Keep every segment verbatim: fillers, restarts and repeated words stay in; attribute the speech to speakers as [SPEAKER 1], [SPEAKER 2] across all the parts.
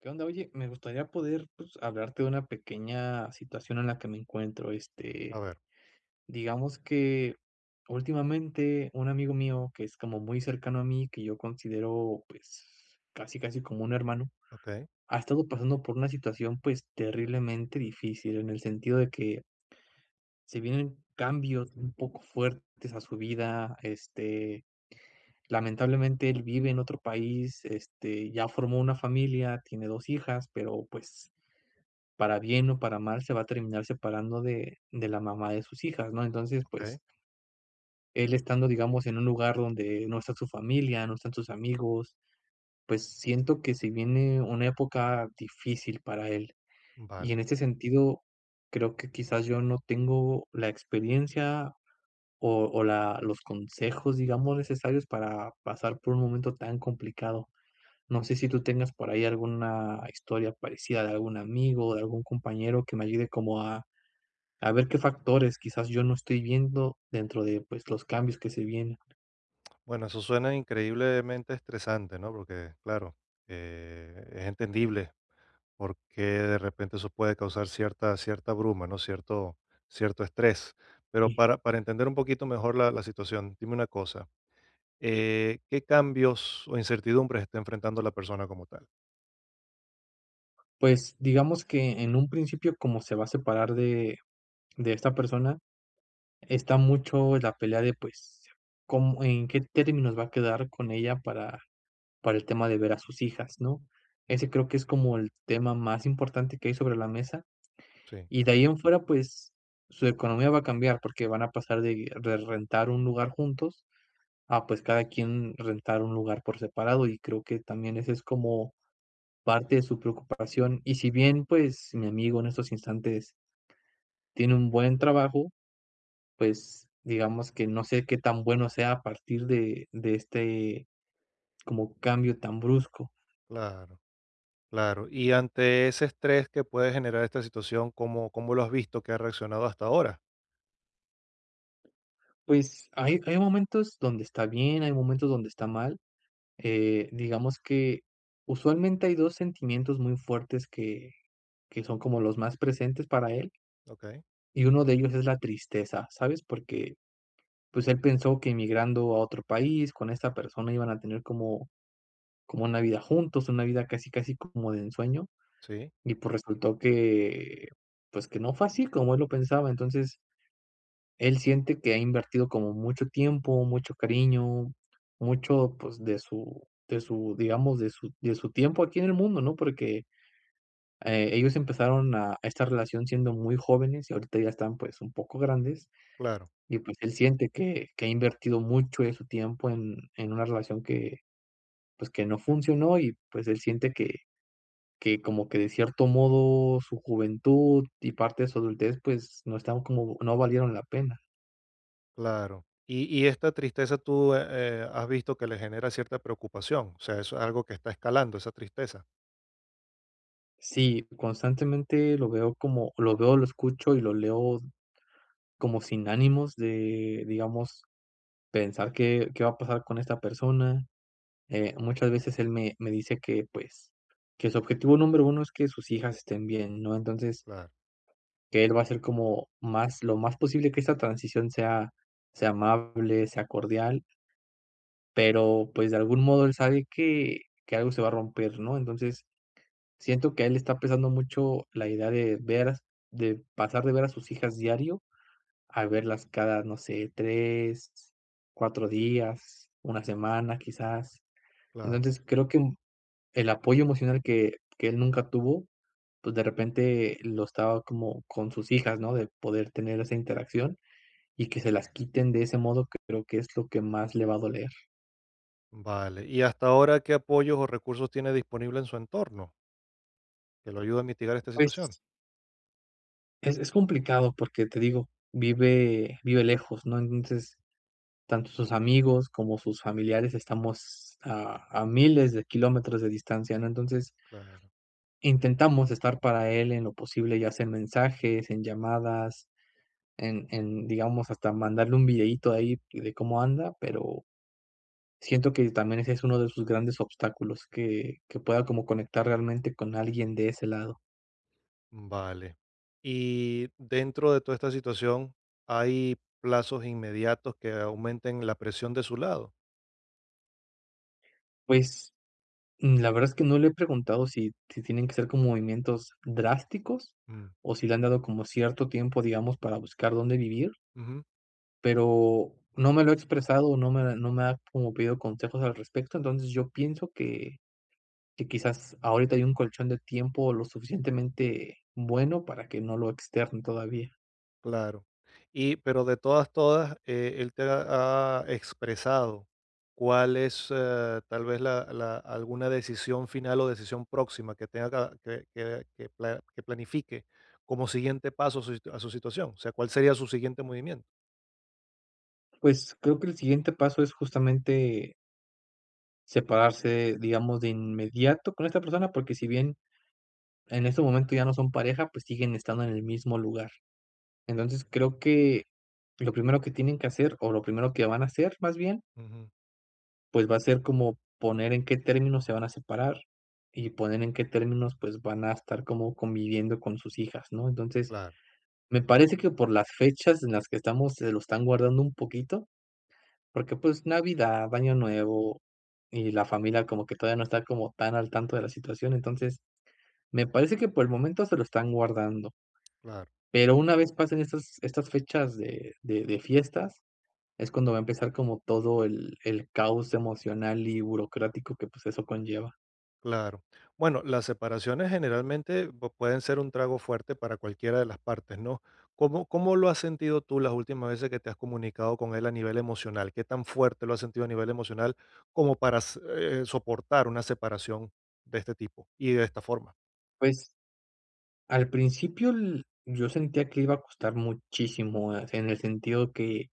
[SPEAKER 1] ¿Qué onda? Oye, me gustaría poder, pues, hablarte de una pequeña situación en la que me encuentro.
[SPEAKER 2] A
[SPEAKER 1] Este,
[SPEAKER 2] ver,
[SPEAKER 1] digamos que últimamente un amigo mío que es como muy cercano a mí, que yo considero, pues, casi casi como un hermano,
[SPEAKER 2] okey,
[SPEAKER 1] ha estado pasando por una situación, pues, terriblemente difícil, en el sentido de que se vienen cambios un poco fuertes a su vida. Este, lamentablemente él vive en otro país, este, ya formó una familia, tiene dos hijas, pero pues para bien o para mal, se va a terminar separando de de la mamá de sus hijas, ¿no? Entonces,
[SPEAKER 2] okey,
[SPEAKER 1] pues, él estando, digamos, en un lugar donde no está su familia, no están sus amigos, pues, siento que se viene una época difícil para él.
[SPEAKER 2] vale.
[SPEAKER 1] Y en este sentido, creo que quizás yo no tengo la experiencia o o la los consejos, digamos, necesarios para pasar por un momento tan complicado. No sé si tú tengas por ahí alguna historia parecida de algún amigo, de algún compañero que me ayude como a A ver qué factores quizás yo no estoy viendo dentro de, pues, los cambios que se vienen.
[SPEAKER 2] Bueno, eso suena increíblemente estresante, ¿no? Porque, claro, eh, es entendible por qué de repente eso puede causar cierta cierta bruma, ¿no? Cierto cierto estrés. Pero
[SPEAKER 1] Y,
[SPEAKER 2] para para entender un poquito mejor la la situación, dime una cosa, eh, ¿qué cambios o incertidumbres está enfrentando la persona como tal?
[SPEAKER 1] pues, digamos que en un principio, como se va a separar de de esta persona, está mucho la pelea de, pues, cómo en qué términos va a quedar con ella para para el tema de ver a sus hijas, ¿no? Ese creo que es como el tema más importante que hay sobre la mesa,
[SPEAKER 2] Sí,
[SPEAKER 1] y de ahí en fuera, pues, su economía va a cambiar porque van a pasar de de rentar un lugar juntos a pues cada quien rentar un lugar por separado y creo que también esa es como parte de su preocupación. Y si bien pues mi amigo en estos instantes tiene un buen trabajo, pues digamos que no sé qué tan bueno sea a partir de, de este como cambio tan brusco.
[SPEAKER 2] claro, claro. Y ante ese estrés que puede generar esta situación, ¿cómo cómo lo has visto que ha reaccionado hasta ahora?
[SPEAKER 1] Pues hay, hay momentos donde está bien, hay momentos donde está mal. Eh, digamos que usualmente hay dos sentimientos muy fuertes que, que son como los más presentes para él.
[SPEAKER 2] Okey,
[SPEAKER 1] Y uno de ellos es la tristeza, ¿sabes? Porque pues él pensó que emigrando a otro país con esta persona iban a tener como, como una vida juntos, una vida casi, casi como de ensueño,
[SPEAKER 2] sí,
[SPEAKER 1] y pues resultó que, pues que no fue así como él lo pensaba. Entonces, él siente que ha invertido como mucho tiempo, mucho cariño, mucho pues de su, de su, digamos, de su, de su tiempo aquí en el mundo, ¿no? Porque eh, ellos empezaron a, a esta relación siendo muy jóvenes y ahorita ya están pues un poco grandes.
[SPEAKER 2] claro.
[SPEAKER 1] Y pues él siente que que ha invertido mucho de su tiempo en en una relación que, pues, que no funcionó y, pues, él siente que que como que de cierto modo su juventud y parte de su adultez, pues, no estaban como no valieron la pena.
[SPEAKER 2] Claro. Y, y esta tristeza tú eh, eh, has visto que le genera cierta preocupación, o sea, eso es algo que está escalando, esa tristeza.
[SPEAKER 1] Sí, constantemente lo veo como lo veo, lo escucho y lo leo como sin ánimos de, digamos, pensar qué qué va a pasar con esta persona. Eh, muchas veces él me me dice que, pues, que su objetivo número uno es que sus hijas estén bien, ¿no? Entonces
[SPEAKER 2] Claro,
[SPEAKER 1] que él va a hacer como más lo más posible que esta transición sea sea amable, sea cordial, pero, pues, de algún modo él sabe que que algo se va a romper, ¿no? Entonces, siento que a él le está pesando mucho la idea de ver as de pasar de ver a sus hijas diario a verlas cada, no sé, tres cuatro días, una semana, quizás.
[SPEAKER 2] claro.
[SPEAKER 1] Entonces, creo que el apoyo emocional que que él nunca tuvo, pues, de repente lo estaba como con sus hijas, ¿no? De poder tener esa interacción y que se las quiten de ese modo, creo que es lo que más le va a doler.
[SPEAKER 2] Vale. ¿Y hasta ahora qué apoyos o recursos tiene disponible en su entorno que lo ayude a mitigar esta situación?
[SPEAKER 1] Pues, es es complicado porque, te digo, vive vive lejos, ¿no? Entonces, tanto sus amigos como sus familiares estamos a a miles de kilómetros de distancia, ¿no? Entonces,
[SPEAKER 2] Claro.
[SPEAKER 1] intentamos estar para él en lo posible, ya sea en mensajes, en llamadas, en, en, digamos, hasta mandarle un videíto ahí de cómo anda, pero siento que también ese es uno de sus grandes obstáculos, que, que pueda como conectar realmente con alguien de ese lado.
[SPEAKER 2] Vale. Y dentro de toda esta situación, ¿hay plazos inmediatos que aumenten la presión de su lado?
[SPEAKER 1] Pues mm, la verdad es que no le he preguntado si, si tienen que ser como movimientos drásticos
[SPEAKER 2] Mm,
[SPEAKER 1] o si le han dado como cierto tiempo, digamos, para buscar dónde vivir,
[SPEAKER 2] ujú.
[SPEAKER 1] pero no me lo ha expresado, no me, no me ha como pedido consejos al respecto, entonces yo pienso que que quizás ahorita hay un colchón de tiempo lo suficientemente bueno para que no lo externen todavía.
[SPEAKER 2] Claro. Y, pero de todas, todas, eh, él te ha, ha expresado cuál es, eh, tal vez la, la- alguna decisión final o decisión próxima que tenga que, que, que pla- que planifique como siguiente paso a su, situ- a su situación. O sea, ¿cuál sería su siguiente movimiento?
[SPEAKER 1] Pues creo que el siguiente paso es justamente separarse, digamos, de inmediato con esta persona, porque si bien en este momento ya no son pareja, pues siguen estando en el mismo lugar. Entonces creo que lo primero que tienen que hacer, o lo primero que van a hacer más bien,
[SPEAKER 2] Ujú,
[SPEAKER 1] pues va a ser como poner en qué términos se van a separar y poner en qué términos pues van a estar como conviviendo con sus hijas, ¿no? Entonces,
[SPEAKER 2] claro,
[SPEAKER 1] me parece que por las fechas en las que estamos se lo están guardando un poquito, porque, pues, Navidad, Año Nuevo y la familia como que todavía no está como tan al tanto de la situación. Entonces, me parece que por el momento se lo están guardando,
[SPEAKER 2] claro.
[SPEAKER 1] pero una vez pasen estas estas fechas de de de fiestas, es cuando va a empezar como todo el el caos emocional y burocrático que, pues, eso conlleva.
[SPEAKER 2] Claro. Bueno, las separaciones generalmente pu- pueden ser un trago fuerte para cualquiera de las partes, ¿no? ¿Cómo, cómo lo has sentido tú las últimas veces que te has comunicado con él a nivel emocional? ¿Qué tan fuerte lo has sentido a nivel emocional como para s- eh, soportar una separación de este tipo y de esta forma?
[SPEAKER 1] Pues, al principio l yo sentía que iba a costar muchísimo, eh, en el sentido que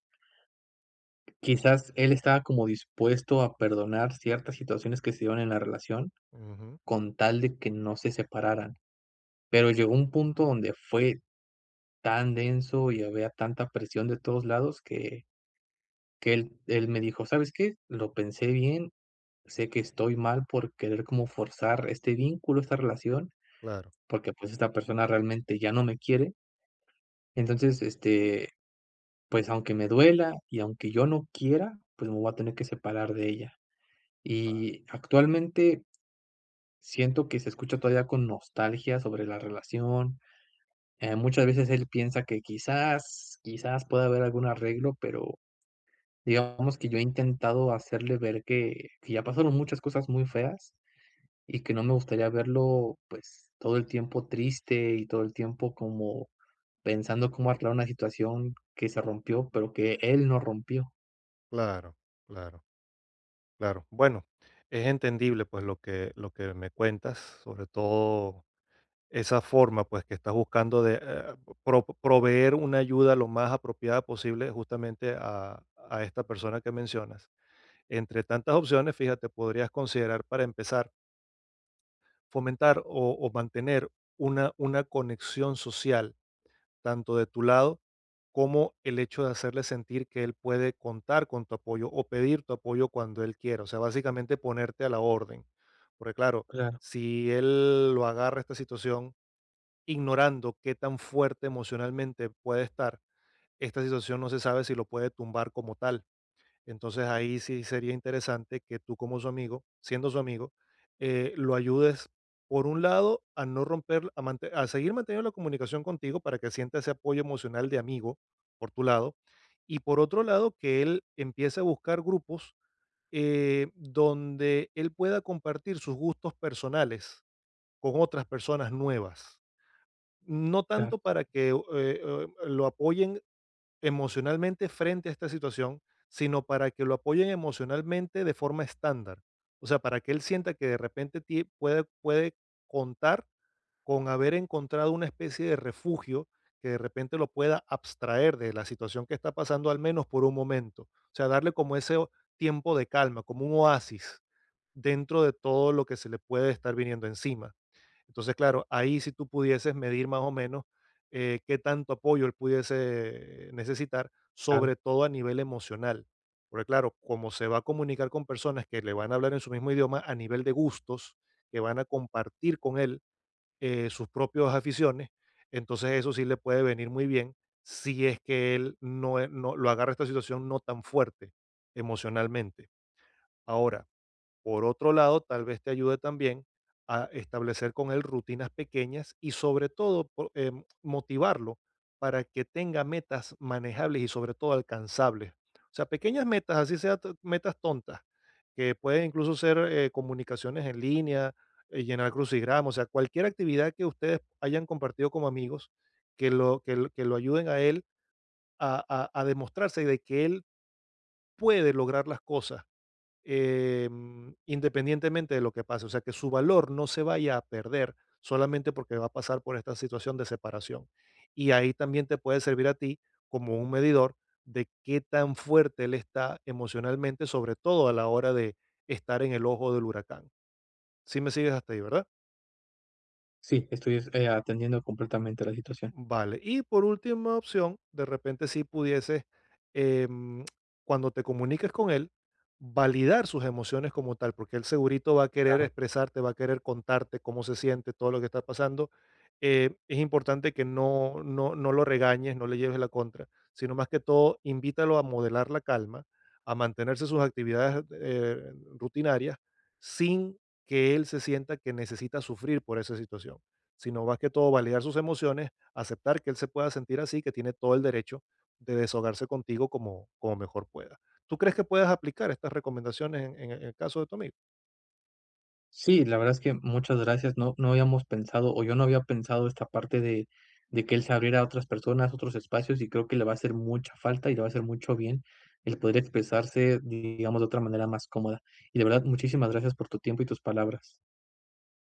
[SPEAKER 1] quizás él estaba como dispuesto a perdonar ciertas situaciones que se dieron en la relación
[SPEAKER 2] Ujú,
[SPEAKER 1] con tal de que no se separaran, pero llegó un punto donde fue tan denso y había tanta presión de todos lados que que él él me dijo: "¿Sabes qué? Lo pensé bien, sé que estoy mal por querer como forzar este vínculo, esta relación,
[SPEAKER 2] claro,
[SPEAKER 1] porque, pues, esta persona realmente ya no me quiere. Entonces, este, pues, aunque me duela y aunque yo no quiera, pues, me voy a tener que separar de ella". Y actualmente siento que se escucha todavía con nostalgia sobre la relación, eh, muchas veces él piensa que quizás quizás pueda haber algún arreglo, pero digamos que yo he intentado hacerle ver que que ya pasaron muchas cosas muy feas y que no me gustaría verlo, pues, todo el tiempo triste y todo el tiempo como pensando cómo arreglar una situación que se rompió, pero que él no rompió.
[SPEAKER 2] claro, claro, claro. Bueno, es entendible pues lo que, lo que me cuentas, sobre todo esa forma, pues, que estás buscando de, eh, pro proveer una ayuda lo más apropiada posible justamente a a esta persona que mencionas. Entre tantas opciones, fíjate, podrías considerar para empezar, fomentar o o mantener una una conexión social, tanto de tu lado como el hecho de hacerle sentir que él puede contar con tu apoyo o pedir tu apoyo cuando él quiera. O sea, básicamente ponerte a la orden. Porque claro,
[SPEAKER 1] Claro,
[SPEAKER 2] si él lo agarra esta situación ignorando qué tan fuerte emocionalmente puede estar, esta situación no se sabe si lo puede tumbar como tal. Entonces ahí sí sería interesante que tú como su amigo, siendo su amigo, eh, lo ayudes, por un lado, a no romper, a, mante- a seguir manteniendo la comunicación contigo para que sienta ese apoyo emocional de amigo por tu lado, y por otro lado, que él empiece a buscar grupos eh, donde él pueda compartir sus gustos personales con otras personas nuevas, no
[SPEAKER 1] claro,
[SPEAKER 2] tanto para que, eh eh, lo apoyen emocionalmente frente a esta situación, sino para que lo apoyen emocionalmente de forma estándar. O sea, para que él sienta que de repente tie puede puede contar con haber encontrado una especie de refugio que de repente lo pueda abstraer de la situación que está pasando, al menos por un momento. O sea, darle como ese o tiempo de calma, como un oasis dentro de todo lo que se le puede estar viniendo encima. Entonces, claro, ahí si tú pudieses medir más o menos eh, qué tanto apoyo él pudiese necesitar,
[SPEAKER 1] claro.
[SPEAKER 2] sobre todo a nivel emocional. Porque claro, como se va a comunicar con personas que le van a hablar en su mismo idioma, a nivel de gustos, que van a compartir con él eh, sus propias aficiones, entonces eso sí le puede venir muy bien si es que él no, e- no lo agarra esta situación no tan fuerte emocionalmente. Ahora, por otro lado, tal vez te ayude también a establecer con él rutinas pequeñas y sobre todo po- em, motivarlo para que tenga metas manejables y sobre todo alcanzables. O sea, pequeñas metas, así sea t- metas tontas, que pueden incluso ser eh, comunicaciones en línea, eh, llenar crucigramas, o sea, cualquier actividad que ustedes hayan compartido como amigos, que lo, que, lo que lo ayuden a él a, a a demostrarse de que él puede lograr las cosas, em, independientemente de lo que pase, o sea, que su valor no se vaya a perder solamente porque va a pasar por esta situación de separación. Y ahí también te puede servir a ti como un medidor de qué tan fuerte él está emocionalmente, sobre todo a la hora de estar en el ojo del huracán. Sí me sigues hasta ahí, ¿verdad?
[SPEAKER 1] Sí, estoy, eh, atendiendo completamente la situación.
[SPEAKER 2] Vale. Y por última opción, de repente si pudieses, em, cuando te comuniques con él, validar sus emociones como tal, porque él segurito va a querer
[SPEAKER 1] Claro.
[SPEAKER 2] expresarte, va a querer contarte cómo se siente, todo lo que está pasando. Eh, es importante que no, no, no lo regañes, no le lleves la contra, sino más que todo, invítalo a modelar la calma, a mantenerse sus actividades eh, rutinarias, sin que él se sienta que necesita sufrir por esa situación, sino más que todo validar sus emociones, aceptar que él se pueda sentir así, que tiene todo el derecho de desahogarse contigo como, como mejor pueda. ¿Tú crees que puedas aplicar estas recomendaciones en, en el caso de tu amigo?
[SPEAKER 1] Sí, la verdad es que muchas gracias. No, no habíamos pensado, o yo no había pensado esta parte de, de que él se abriera a otras personas, otros espacios, y creo que le va a hacer mucha falta y le va a hacer mucho bien el poder expresarse, digamos, de otra manera más cómoda. Y de verdad, muchísimas gracias por tu tiempo y tus palabras.